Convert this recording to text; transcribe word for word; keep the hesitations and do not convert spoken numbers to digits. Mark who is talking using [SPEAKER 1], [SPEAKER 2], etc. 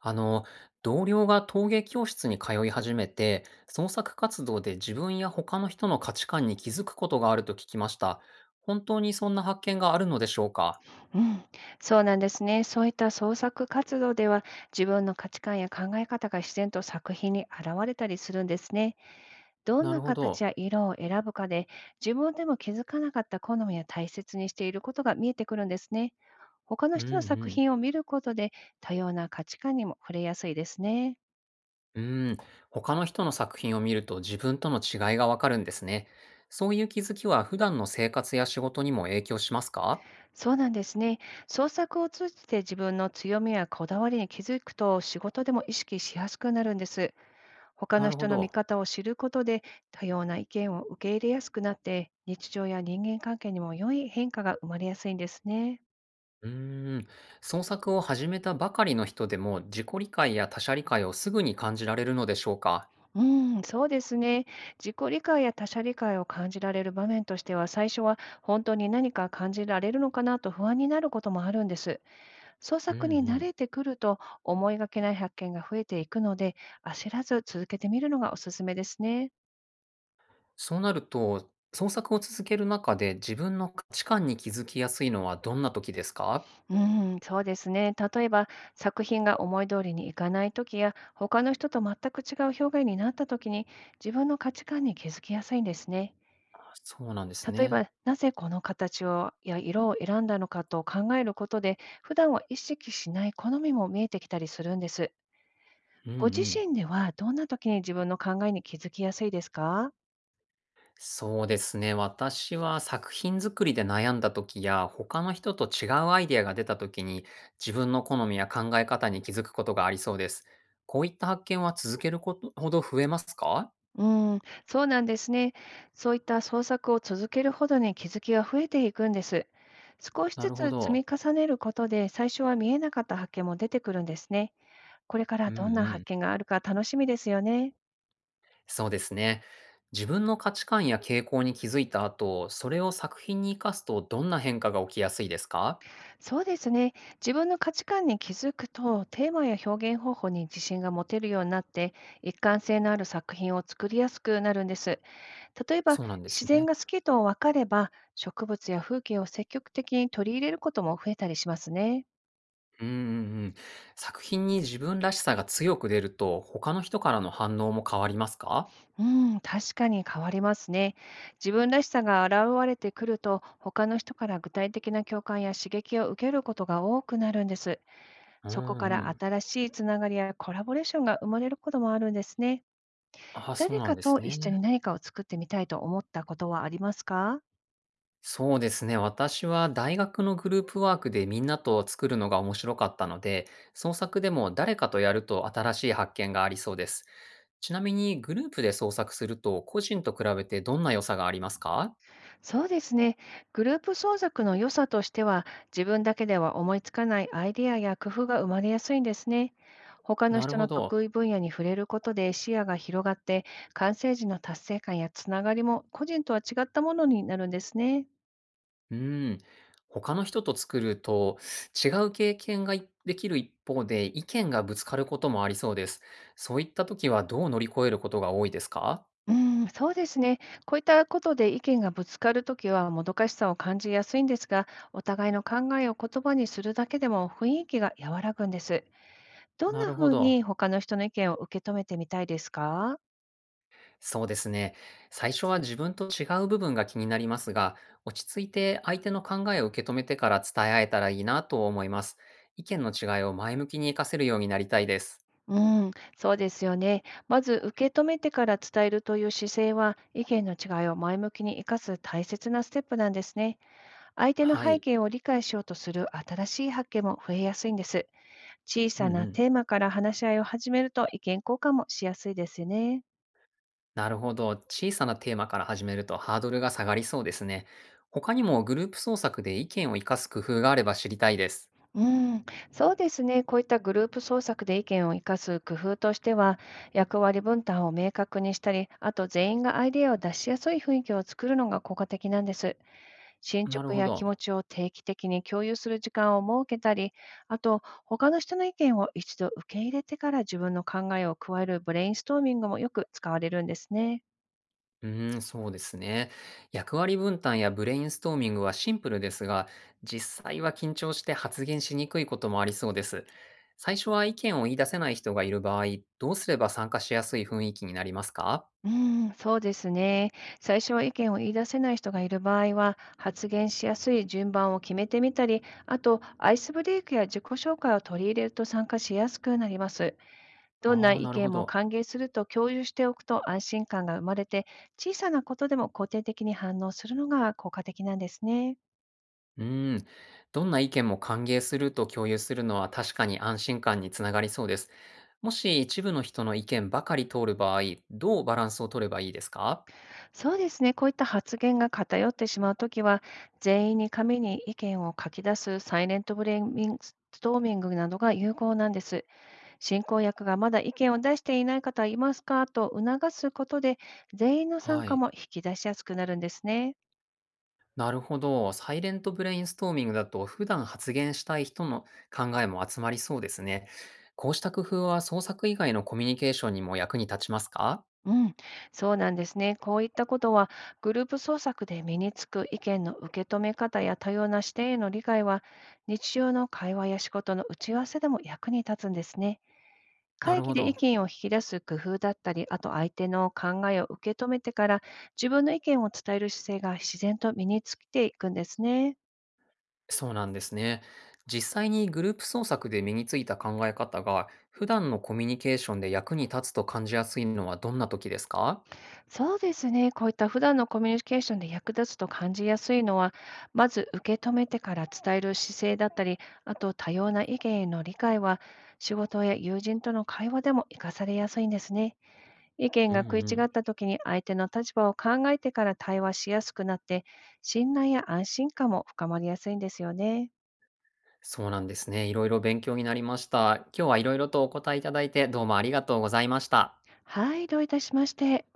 [SPEAKER 1] あの、同僚が陶芸教室に通い始めて、創作活動で自分や他の人の価値観に気づくことがあると聞きました。本当にそんな発見があるのでしょうか？
[SPEAKER 2] うん、そうなんですね。そういった創作活動では、自分の価値観や考え方が自然と作品に現れたりするんですね。どん
[SPEAKER 1] な
[SPEAKER 2] な
[SPEAKER 1] るほ
[SPEAKER 2] 形
[SPEAKER 1] ど。
[SPEAKER 2] や色を選ぶかで、自分でも気づかなかった好みや大切にしていることが見えてくるんですね。他の
[SPEAKER 1] うんう
[SPEAKER 2] 人の作
[SPEAKER 1] ん。
[SPEAKER 2] 品を見ることで、多様な価値観にも触れやすいですね。
[SPEAKER 1] うん。他の人の作品を見ると自分との違いがわかるんですね。そういう気づきは普段の生活や仕事にも影響しますか？
[SPEAKER 2] そうなんですね。創作を通じて自分の強みやこだわりに気づくと、仕事でも意識しやすくなるんです。他
[SPEAKER 1] な
[SPEAKER 2] の
[SPEAKER 1] るほ
[SPEAKER 2] 人の見
[SPEAKER 1] ど。
[SPEAKER 2] 方を知ることで、多様な意見を受け入れやすくなって、日常や人間関係にも良い変化が生まれやすいんですね。
[SPEAKER 1] うーん。創作を始めたばかりの人でも自己理解や他者理解をすぐに感じられるのでしょうか？
[SPEAKER 2] うん、そうですね。自己理解や他者理解を感じられる場面としては、最初は本当に何か感じられるのかなと不安になることもあるんです。創
[SPEAKER 1] うんう
[SPEAKER 2] 作に慣
[SPEAKER 1] ん。
[SPEAKER 2] れてくると思いがけない発見が増えていくので、焦らず続けてみるのがおすすめですね。
[SPEAKER 1] そうなると、創作を続ける中で自分の価値観に気づきやすいのはどんな時ですか？
[SPEAKER 2] うん、そうですね。例えば、作品が思い通りにいかないときや、他の人と全く違う表現になったときに、自分の価値観に気づきやすいんですね。
[SPEAKER 1] あ、そうなんです
[SPEAKER 2] 例え
[SPEAKER 1] ね。
[SPEAKER 2] ば、なぜこの形をや色を選んだのかと考えることで、普段は意識しない好みも見えてきたりするんです。
[SPEAKER 1] うんう
[SPEAKER 2] ご自
[SPEAKER 1] ん。
[SPEAKER 2] 身では、どんなときに自分の考えに気づきやすいですか？
[SPEAKER 1] そうですね、私は作品作りで悩んだ時や、他の人と違うアイデアが出た時に、自分の好みや考え方に気づくことがありそうです。こういった発見は続けることほど増えますか？
[SPEAKER 2] うん、そうなんですね。そういった創作を続けるほどに気づきが増えていくんです。少し
[SPEAKER 1] な
[SPEAKER 2] ず
[SPEAKER 1] る
[SPEAKER 2] つ
[SPEAKER 1] ほ
[SPEAKER 2] 積
[SPEAKER 1] ど。
[SPEAKER 2] み重ねることで、最初は見えなかった発見も出てくるんですね。これから
[SPEAKER 1] うんう
[SPEAKER 2] どんな発
[SPEAKER 1] ん、
[SPEAKER 2] 見があるか楽しみですよね。
[SPEAKER 1] そうですね。自分の価値観や傾向に気づいた後、それを作品に生かすとどんな変化が起きやすいですか？
[SPEAKER 2] そうですね。自分の価値観に気づくと、テーマや表現方法に自信が持てるようになって、一貫性のある作品を作りやすくなるんです。例えば、
[SPEAKER 1] そうなんで
[SPEAKER 2] 自
[SPEAKER 1] すね。
[SPEAKER 2] 然が好きと分かれば、植物や風景を積極的に取り入れることも増えたりしますね。
[SPEAKER 1] うんうんうん。作品に自分らしさが強く出ると、他の人からの反応も変わりますか？
[SPEAKER 2] うん、確かに変わりますね。自分らしさが現れてくると、他の人から具体的な共感や刺激を受けることが多くなるんです。
[SPEAKER 1] うん
[SPEAKER 2] そこか
[SPEAKER 1] う
[SPEAKER 2] ら
[SPEAKER 1] ん。
[SPEAKER 2] 新しいつながりやコラボレーションが生まれることもあるんですね。
[SPEAKER 1] あ、そう
[SPEAKER 2] 誰
[SPEAKER 1] なん
[SPEAKER 2] か
[SPEAKER 1] で
[SPEAKER 2] と
[SPEAKER 1] すね。
[SPEAKER 2] 一緒に何かを作ってみたいと思ったことはありますか？
[SPEAKER 1] そうですね。私は大学のグループワークでみんなと作るのが面白かったので、創作でも誰かとやると新しい発見がありそうです。ちなみにグループで創作すると個人と比べてどんな良さがありますか？
[SPEAKER 2] そうですね。グループ創作の良さとしては、自分だけでは思いつかないアイデアや工夫が生まれやすいんですね。他の
[SPEAKER 1] なる
[SPEAKER 2] 人の
[SPEAKER 1] ほど。
[SPEAKER 2] 得意分野に触れることで視野が広がって、完成時の達成感やつながりも個人とは違ったものになるんですね。
[SPEAKER 1] うーん。他の人と作ると違う経験がいできる一方で意見がぶつかることもありそうです。そういった時はどう乗り越えることが多いですか？
[SPEAKER 2] うん、そうですね。こういったことで意見がぶつかるときはもどかしさを感じやすいんですが、お互いの考えを言葉にするだけでも雰囲気が和らぐんです。どん
[SPEAKER 1] な
[SPEAKER 2] な
[SPEAKER 1] る
[SPEAKER 2] ふ
[SPEAKER 1] ほ
[SPEAKER 2] う
[SPEAKER 1] ど。
[SPEAKER 2] に他の人の意見を受け止めてみたいですか？
[SPEAKER 1] そうですね。最初は自分と違う部分が気になりますが、落ち着いて相手の考えを受け止めてから伝え合えたらいいなと思います。意見の違いを前向きに活かせるようになりたいです。
[SPEAKER 2] うん、そうですよね。まず受け止めてから伝えるという姿勢は、意見の違いを前向きに生かす大切なステップなんですね。相手の
[SPEAKER 1] は
[SPEAKER 2] 背
[SPEAKER 1] い。
[SPEAKER 2] 景を理解しようとする新しい発見も増えやすいんです。小
[SPEAKER 1] うん
[SPEAKER 2] さ
[SPEAKER 1] う
[SPEAKER 2] な
[SPEAKER 1] ん。
[SPEAKER 2] テーマから話し合いを始めると意見交換もしやすいですよね。
[SPEAKER 1] なるほど。小さなテーマから始めるとハードルが下がりそうですね。他にもグループ創作で意見を活かす工夫があれば知りたいです。
[SPEAKER 2] うん、そうですね。こういったグループ創作で意見を生かす工夫としては、役割分担を明確にしたり、あと全員がアイデアを出しやすい雰囲気を作るのが効果的なんです。進
[SPEAKER 1] なる
[SPEAKER 2] 捗
[SPEAKER 1] ほ
[SPEAKER 2] や気
[SPEAKER 1] ど。
[SPEAKER 2] 持ちを定期的に共有する時間を設けたり、あと、他の人の意見を一度受け入れてから自分の考えを加えるブレインストーミングもよく使われるんですね。
[SPEAKER 1] うーん、そうですね。役割分担やブレインストーミングはシンプルですが、実際は緊張して発言しにくいこともありそうです。最初は意見を言い出せない人がいる場合、どうすれば参加しやすい雰囲気になりますか？
[SPEAKER 2] うーん、そうですね。最初は意見を言い出せない人がいる場合は、発言しやすい順番を決めてみたり、あと、アイスブレイクや自己紹介を取り入れると参加しやすくなります。どんな
[SPEAKER 1] ああー、
[SPEAKER 2] 意
[SPEAKER 1] なる
[SPEAKER 2] 見
[SPEAKER 1] ほ
[SPEAKER 2] も
[SPEAKER 1] ど。
[SPEAKER 2] 歓迎すると共有しておくと安心感が生まれて、小さなことでも肯定的に反応するのが効果的なんですね。
[SPEAKER 1] うーん。どんな意見も歓迎すると共有するのは確かに安心感につながりそうです。もし一部の人の意見ばかり通る場合、どうバランスを取ればいいですか？
[SPEAKER 2] そうですね、こういった発言が偏ってしまうときは、全員に紙に意見を書き出すサイレントブレインストーミングなどが有効なんです。進行役がまだ意見を出していない方いますかと促すことで、全員の参
[SPEAKER 1] は
[SPEAKER 2] 加
[SPEAKER 1] い。
[SPEAKER 2] も引き出しやすくなるんですね。
[SPEAKER 1] なるほど。サイレントブレインストーミングだと普段発言したい人の考えも集まりそうですね。こうした工夫は創作以外のコミュニケーションにも役に立ちますか？
[SPEAKER 2] うん、そうなんですね。こういったことは、グループ創作で身につく意見の受け止め方や多様な視点への理解は、日常の会話や仕事の打ち合わせでも役に立つんですね。
[SPEAKER 1] な
[SPEAKER 2] 会
[SPEAKER 1] る
[SPEAKER 2] 議
[SPEAKER 1] ほ
[SPEAKER 2] で意
[SPEAKER 1] ど。
[SPEAKER 2] 見を引き出す工夫だったり、あと相手の考えを受け止めてから、自分の意見を伝える姿勢が自然と身についていくんですね。
[SPEAKER 1] そうなんですね。実際にグループ創作で身についた考え方が普段のコミュニケーションで役に立つと感じやすいのはどんな時ですか？
[SPEAKER 2] そうですね。こういった普段のコミュニケーションで役立つと感じやすいのは、まず受け止めてから伝える姿勢だったり、あと多様な意見への理解は、仕事や友人との会話でも活かされやすいんですね。意見
[SPEAKER 1] うん
[SPEAKER 2] が
[SPEAKER 1] う
[SPEAKER 2] 食い違っ
[SPEAKER 1] ん。
[SPEAKER 2] た時に相手の立場を考えてから対話しやすくなって、信頼や安心感も深まりやすいんですよね。
[SPEAKER 1] そうなんですね。いろいろ勉強になりました。今日はいろいろとお答えいただいてどうもありがとうございました。
[SPEAKER 2] はい、どういたしまして。